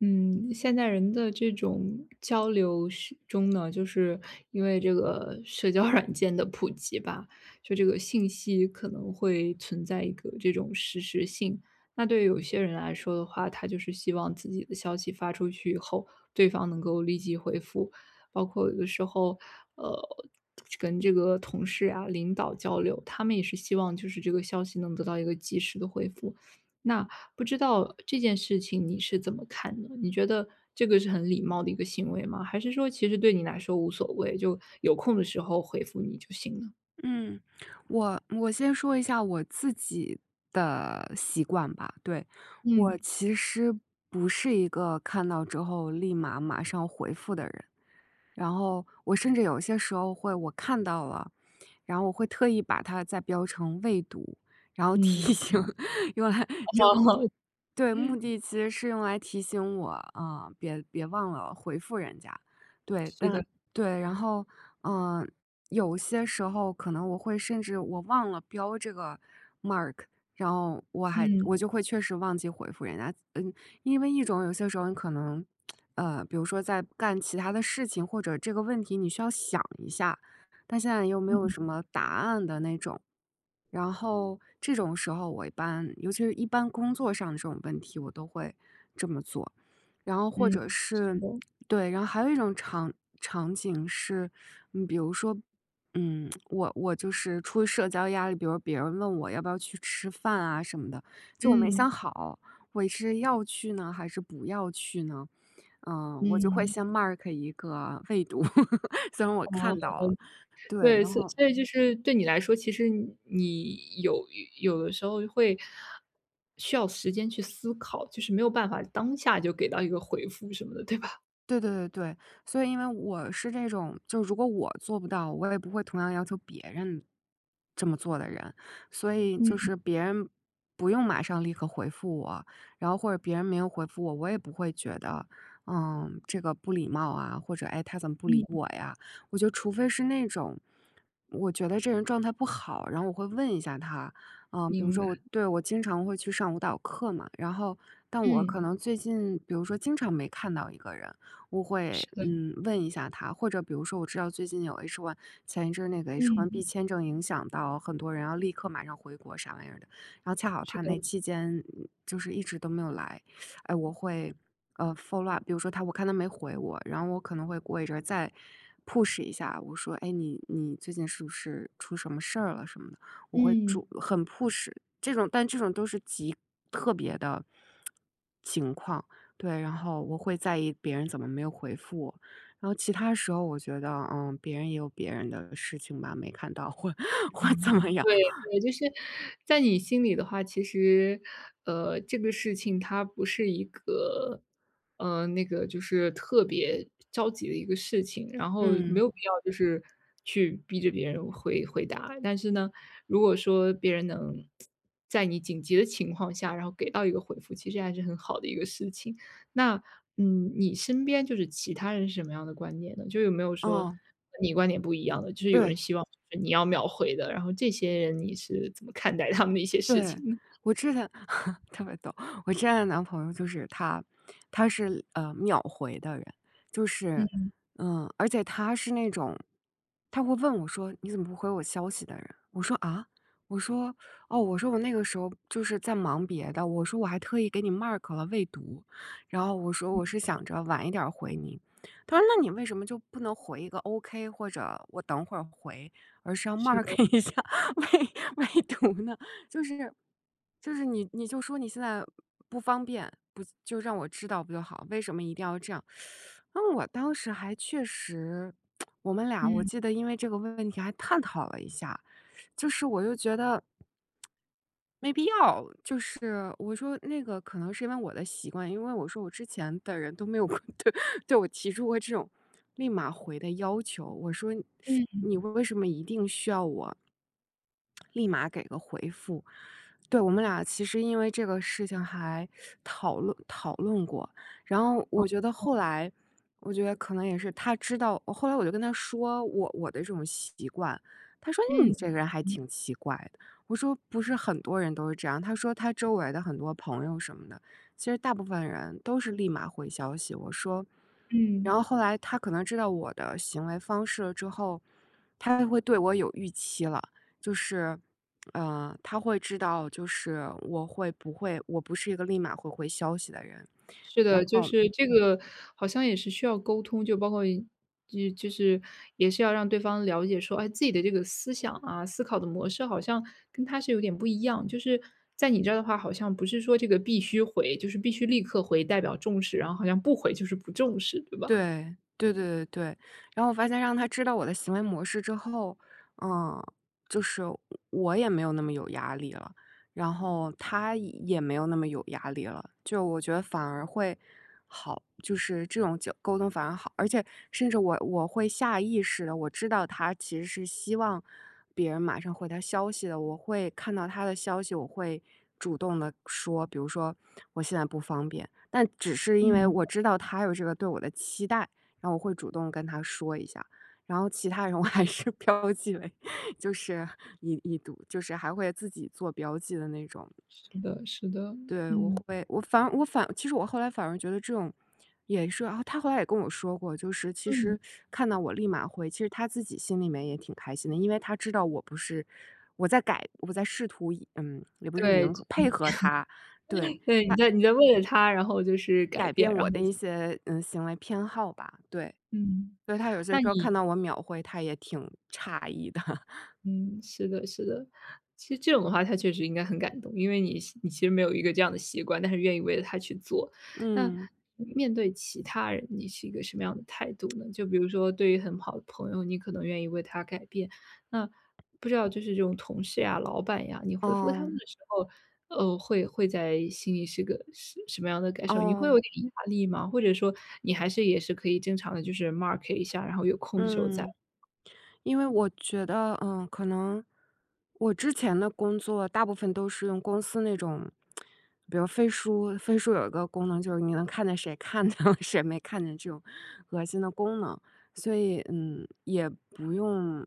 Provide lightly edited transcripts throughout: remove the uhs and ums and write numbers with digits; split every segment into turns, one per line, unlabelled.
嗯，现代人的这种交流是中呢，就是因为这个社交软件的普及吧，就这个信息可能会存在一个这种实时性。那对于有些人来说的话，他就是希望自己的消息发出去以后，对方能够立即回复。包括有的时候，呃，跟这个同事啊、领导交流，他们也是希望就是这个消息能得到一个及时的回复。那不知道这件事情你是怎么看的？你觉得这个是很礼貌的一个行为吗？还是说其实对你来说无所谓，就有空的时候回复你就行了？
嗯，我先说一下我自己的习惯吧。对，
嗯，
我其实不是一个看到之后立马马上回复的人，然后我甚至有些时候我看到了，然后我会特意把它再标成未读，然后
嗯，
提醒
哦，
用来这目 对，目的其实是用来提醒我啊、别忘了回复人家。对，
是
但
的，
对，然后嗯、呃有些时候可能甚至我忘了标这个 mark，然后我还
嗯，
我就会确实忘记回复人家。嗯，因为有些时候你可能，比如说在干其他的事情，或者这个问题你需要想一下，但现在又没有
嗯，
什么答案的那种，然后这种时候我一般尤其是一般工作上的这种问题，我都会这么做。然后或
嗯，
者
是
是
的，
对，然后还有一种场景是，比如说，我就是出于社交压力，比如别人问我要不要去吃饭啊什么的，就我没
嗯，
想好，我是要去呢还是不要去呢？嗯，我就会
嗯，
先 mark 一个 未读，虽然我
哦，
看到了，对，
对，
然
所
后
所以就是对你来说，其实你有的时候会需要时间去思考，就是没有办法当下就给到一个回复什么的，对吧？
对对对对，所以因为我是这种，就如果我做不到，我也不会同样要求别人这么做的人，所以就
嗯，
是别人不用马上立刻回复我，然后或者别人没有回复我，我也不会觉得，这个不礼貌啊，或者哎他怎么不
嗯，
理我呀？我就除非是那种，我觉得这人状态不好，然后我会问一下他，嗯，比如
明白。
说我经常会去上舞蹈课嘛，然后但我
嗯，
可能最近比如说经常没看到一个人。我会
是的，
问一下他，或者比如说我知道最近有 h one 前一阵儿那个 H1B
嗯，
签证影响到很多人要立刻马上回国啥玩意儿的，然后恰好
是
他
的，
那期间就是一直都没有来，哎，我会follow up，比如说我看他没回我，然后我可能会过一阵儿再 push 一下，我说哎你最近是不是出什么事儿了什么的，我会
嗯。
很 push 这种，但这种都是极特别的情况。对，然后我会在意别人怎么没有回复我，然后其他时候我觉得，嗯，别人也有别人的事情吧，没看到或 或
嗯。
怎么样，
对对，就是在你心里的话，其实，这个事情它不是一个，那个就是特别着急的一个事情，然后没
嗯，
有必要就是去逼着别人回答。但是呢，如果说别人能在你紧急的情况下，然后给到一个回复，其实还是很好的一个事情。那，嗯，你身边就是其他人是什么样的观念呢？就有没有说和
哦，
你观点不一样的，就是有人
对。
希望就是你要秒回的，然后这些人你是怎么看待他们的一些事
对，
情呢？
我之前 特别逗，我之前的男朋友就是他，他是秒回的人，就是
嗯，
而且他是那种他会问我说你怎么不回我消息的人，我说哦，我说我那个时候就是在忙别的，我说我还特意给你 mark 了未读，然后我说我是想着晚一点儿回你，他说那你为什么就不能回一个 OK 或者我等会儿回，而是要
是的，
mark 一下未未读呢？就是就是你就说你现在不方便，不就让我知道不就好？为什么一定要这样？那我当时还确实，我们俩我
嗯，
记得因为这个问题还探讨了一下，就是我就觉得没必要，就是我说那个可能是因为我的习惯，因为我说我之前的人都没有过 对我提出过这种立马回的要求。我说
嗯，
你为什么一定需要我立马给个回复？对我们俩其实因为这个事情还讨论讨论过，然后
好，
我觉得后来，我觉得可能也是他知道，后来我就跟他说我的这种习惯，他说哎
嗯，
你这个人还
嗯
挺奇怪的。我说不是很多人都是这样，他说他周围的很多朋友什么的，其实大部分人都是立马回消息。然
嗯。
后后来他可能知道我的行为方式了之后，他会对我有预期了，就是，他会知道就是我不是一个立马会回消息的人。
是
然
的，就
后
是这个好像也是需要沟通，就包括一就就是也是要让对方了解说，哎，自己的这个思想啊，思考的模式好像跟他是有点不一样。就是在你这儿的话，好像不是说这个必须回，就是必须立刻回，代表重视，然后好像不回就是不重视，对吧？
对，对对对对。然后我发现让他知道我的行为模式之后，嗯，就是我也没有那么有压力了，然后他也没有那么有压力了，就我觉得反而会好，就是这种沟通反而好，而且甚至我会下意识的，我知道他其实是希望别人马上回他消息的，我会看到他的消息，我会主动的说，比如说我现在不方便。但只是因为
嗯。
我知道他有这个对我的期待，然后我会主动跟他说一下。然后其他人 我还是 标记为，就是已读，就是还会自己做标记的那种。
是的，是的，
对，我
嗯。
会，我反我反，其实我后来反而觉得这种也是啊，他后来也跟我说过，就是其
嗯。
实看到我立马回，其实他自己心里面也挺开心的，因为他知道我不是我在改，我在试图也不是
对
迎合配合他，对，
对，你在为了他，然后就是改
改
变，
变
然
我
后
的一些，嗯，行为偏好吧，对。
嗯，
所以他有些
那
时候
你
看到我秒回，他也挺诧异的。
嗯，是的，是的。其实这种的话，他确实应该很感动，因为你你其实没有一个这样的习惯，但是愿意为了他去做。那
嗯，
面对其他人，你是一个什么样的态度呢？就比如说，对于很好的朋友，你可能愿意为他改变。那不知道就是这种同事呀、老板呀，你回复他
哦，
们的时候，会会在心里是个是什么样的感受？你会
哦，
有点压力吗？或者说，你还是也是可以正常的，就是 mark 一下，然后有空的时候再
嗯。因为我觉得，可能我之前的工作大部分都是用公司那种，比如飞书，飞书有一个功能就是你能看见谁看见了，谁没看见这种恶心的功能，所以也不用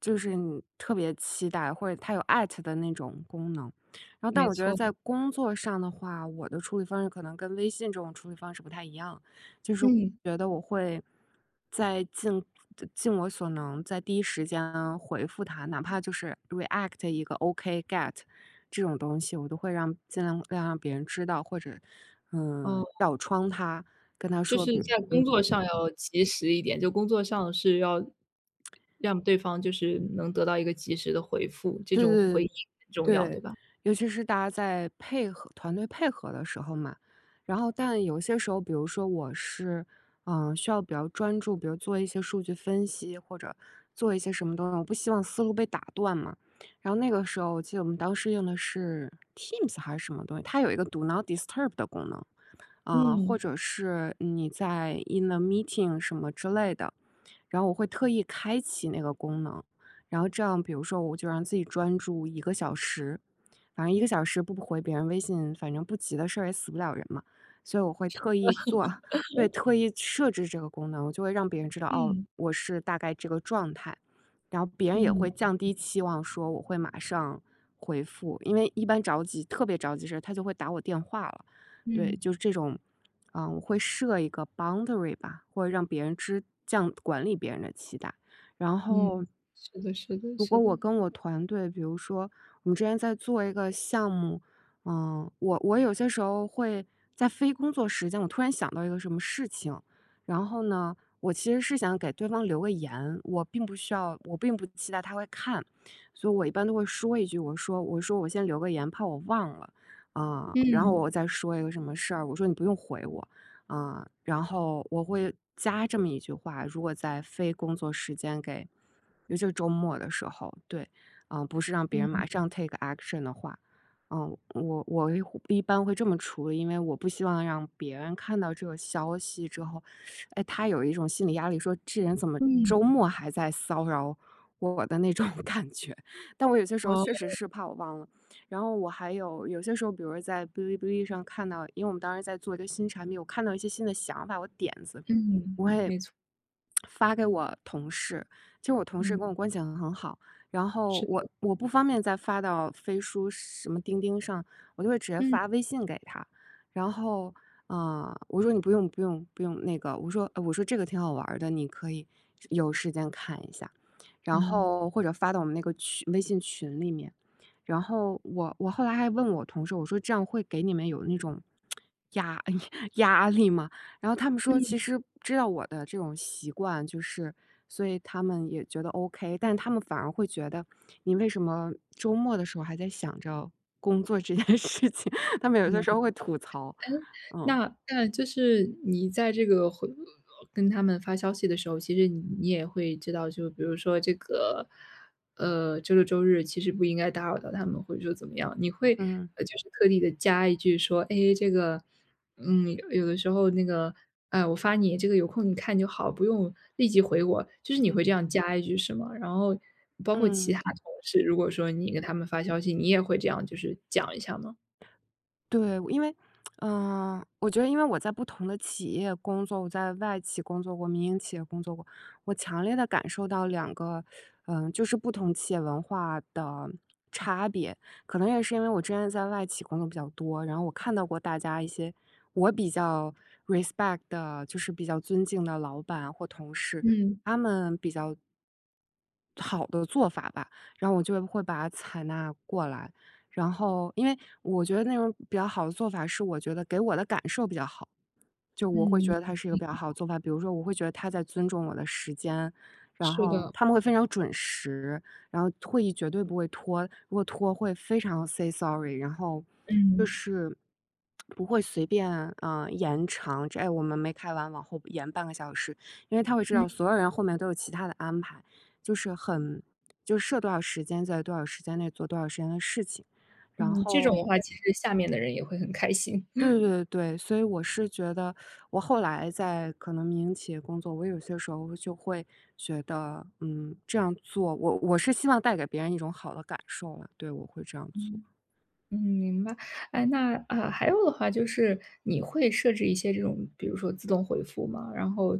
就是你特别期待或者它有艾特的那种功能。然后，但
没
我觉得
错，
在工作上的话，我的处理方式可能跟微信这种处理方式不太一样。就是
嗯，
觉得我会在尽我所能，在第一时间回复他，哪怕就是 react 一个 OK get 这种东西，我都会让尽量让别人知道，或者
哦。
小窗他，跟他
就
说，
是在工作上要及时一点，就工作上是要让对方就是能得到一个及时的回复，这
对
种
对
回
对
应很重要，对
对，
吧？
尤其是大家在配合团队配合的时候嘛，然后但有些时候，比如说我是，需要比较专注，比如做一些数据分析或者做一些什么东西，我不希望思路被打断嘛。然后那个时候，我记得我们当时用的是 Teams 还是什么东西，它有一个 Do Not Disturb 的功能。啊，
嗯，
或者是你在 in a meeting 什么之类的，然后我会特意开启那个功能，然后这样比如说我就让自己专注一个小时，反正一个小时不回别人微信，反正不急的事儿也死不了人嘛，所以我会特意做，对，特意设置这个功能，我就会让别人知道哦，
嗯，
我是大概这个状态，然后别人也
嗯，
会降低期望，说我会马上回复，因为一般着急，特别着急时，他就会打我电话了。对，
嗯，
就是这种，啊，我会设一个 boundary 吧，或者让别人这样管理别人的期待。然
嗯，
后，
是的，是的，
如
是
果我
的，
跟我团队，比如说我们之前在做一个项目，我有些时候会在非工作时间，我突然想到一个什么事情，然后呢，我其实是想给对方留个言，我并不需要，我并不期待他会看，所以我一般都会说一句，我说我先留个言，怕我忘了啊，然后
嗯，
我再说一个什么事儿，我说你不用回我啊，然后我会加这么一句话，如果在非工作时间给。尤其是周末的时候，对，不是让别人
嗯，
马上 take action 的话，我一般会这么处理，因为我不希望让别人看到这个消息之后，哎，他有一种心理压力，说这人怎么
嗯，
周末还在骚扰我的那种 感觉。但我有些时
好，
候确实是怕我忘了，然后我还有些时候，比如在哔哩哔哩上看到，因为我们当时在做一个新产品，我看到一些新的想法，我点子
嗯，
我会
没错，
发给我同事，其实我同事
嗯，
跟我关系很好，然后
是的，
我不方便再发到飞书什么钉钉上，我就会直接
嗯，
发微信给他。然后，啊，我说你不用不用不用那个，我说这个挺好玩儿的，你可以有时间看一下，然
嗯，
后或者发到我们那个群微信群里面。然后我后来还问我同事，我说这样会给你们有那种 压 压力吗？然后他们说，
嗯，
其实知道我的这种习惯，就是所以他们也觉得 OK，但他们反而会觉得你为什么周末的时候还在想着工作这件事情？他们有些
嗯。
时候会吐槽，嗯
那就是你在这个跟他们发消息的时候，其实你也会知道，就比如说这个，周六周日其实不应该打扰到他们，或者说怎么样，你会
嗯
就是特地的加一句说，哎，这个，嗯，有的时候那个，哎，我发你这个有空你看就好，不用立即回我，就是你会
嗯
这样加一句是吗？然后包括其他
嗯。
同事，如果说你跟他们发消息，你也会这样就是讲一下吗？
对，因为，我觉得因为我在不同的企业工作，我在外企工作过，民营企业工作过，我强烈的感受到两个，就是不同企业文化的差别。可能也是因为我之前在外企工作比较多，然后我看到过大家一些我比较 respect 的，就是比较尊敬的老板或同事，
嗯
他们比较好的做法吧，然后我就会把它采纳过来。然后因为我觉得那种比较好的做法是我觉得给我的感受比较好，就我会觉
嗯，
得它是一个比较好的做法。比如说，我会觉得他在尊重我的时间，然
是
后
的。
他们会非常准时，然后会议绝对不会拖，如果拖会非常 say sorry，然后就
嗯，
是不会随便延长。哎，我们没开完，往后延半个小时，因为他会知
嗯
道所有人后面都有其他的安排，就是很就设多少时间在多少时间内做多少时间的事情。然
嗯，这种的
后
话，其实下面的人也会很开心。
对对对，所以我是觉得，我后来在可能民营企业工作，我有些时候就会觉得，这样做，我是希望带给别人一种好的感受了，对，我会这样 做。
嗯，明白。哎，那啊，还有的话就是你会设置一些这种，比如说自动回复吗？然后，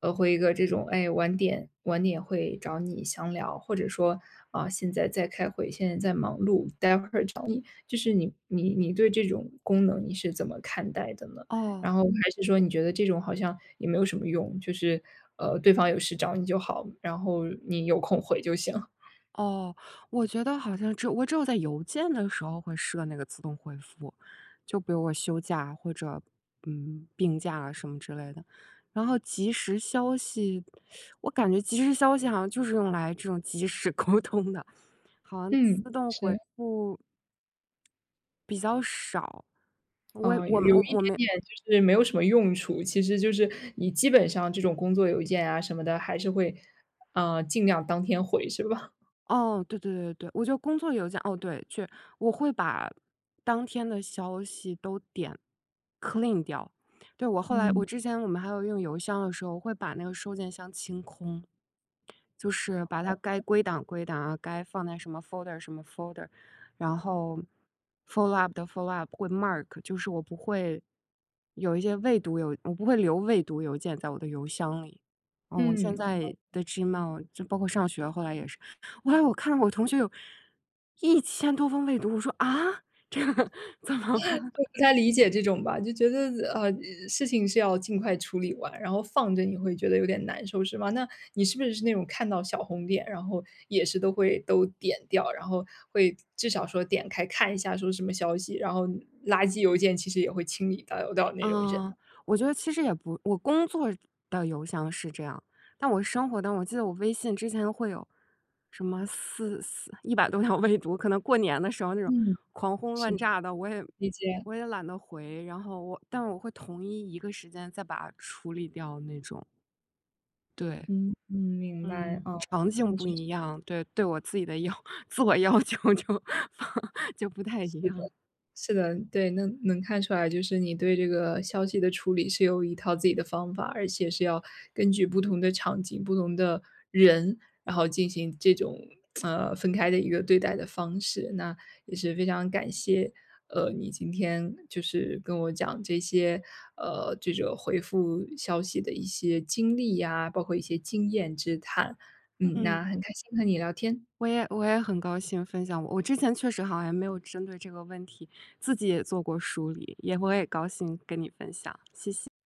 回一个这种，哎，晚点晚点会找你详聊，或者说啊、现在在开会，现在在忙碌，待会儿找你。就是你对这种功能你是怎么看待的呢？然
哦
后还是说你觉得这种好像也没有什么用，就是对方有事找你就好，然后你有空回就行。
哦，我觉得好像我只有在邮件的时候会设那个自动回复，就比如我休假或者病假啊什么之类的。然后即时消息，我感觉即时消息好像就是用来这种即时 沟通的。好像
嗯，
自动回
是。
复比较少，我也
嗯，
我
有有一
我
点
我没
点就是没有什么用处，其实就是你基本上这种工作邮件啊什么的，还是会，尽量当天回是吧？
哦，对对对对，我就工作邮件哦，对，我会把当天的消息都点 clean 掉。对，我后来
嗯。
我之前我们还有用邮箱的时候，我会把那个收件箱清空。就是把它该归档归档啊，该放在什么 folder 什么 folder，然后 follow up 的 follow up 会 mark，就是我不会有一些未读邮，我不会留未读邮件在我的邮箱里。嗯，我现
嗯，
在的 Gmail 就包括上学，后来也是，后来我看到我同学有一千多封未读，我说啊，这个 怎么
就不太理解这种吧，就觉得，呃，事情是要尽快处理完，然后放着你会觉得有点难受是吗？那你是不是那种看到小红点，然后也是都会点掉，然后会至少说点开看一下说什么消息，然后垃圾邮件其实也会清理到那种人
嗯，
呢
我觉得其实也不我工作的邮箱是这样，但我生活当我记得我微信之前会有什么一百多条未读，可能过年的时候那种
嗯。
狂轰
是
乱
的，
炸的，我也
理解。
我也懒得回，然后但我会统一一个时间再把它处理掉那种。对，
嗯嗯，明白，嗯，
场景
的
不
确
一样，对，对我自己的要 自我要求就 就不太一
是的，
样，
是的，对，那能看出来，就是你对这个消息的处理是有一套自己的方法，而且是要根据不同的场景、不同的人，然后进行这种分开的一个对待的方式。那也是非常感谢，你今天就是跟我讲这些，这个回复消息的一些经历呀、包括一些经验之谈。嗯，
嗯。
那很开心和你聊天。
我也很高兴分享我之前确实好像没有针对这个问题自己也做过梳理，我也高兴跟你分享。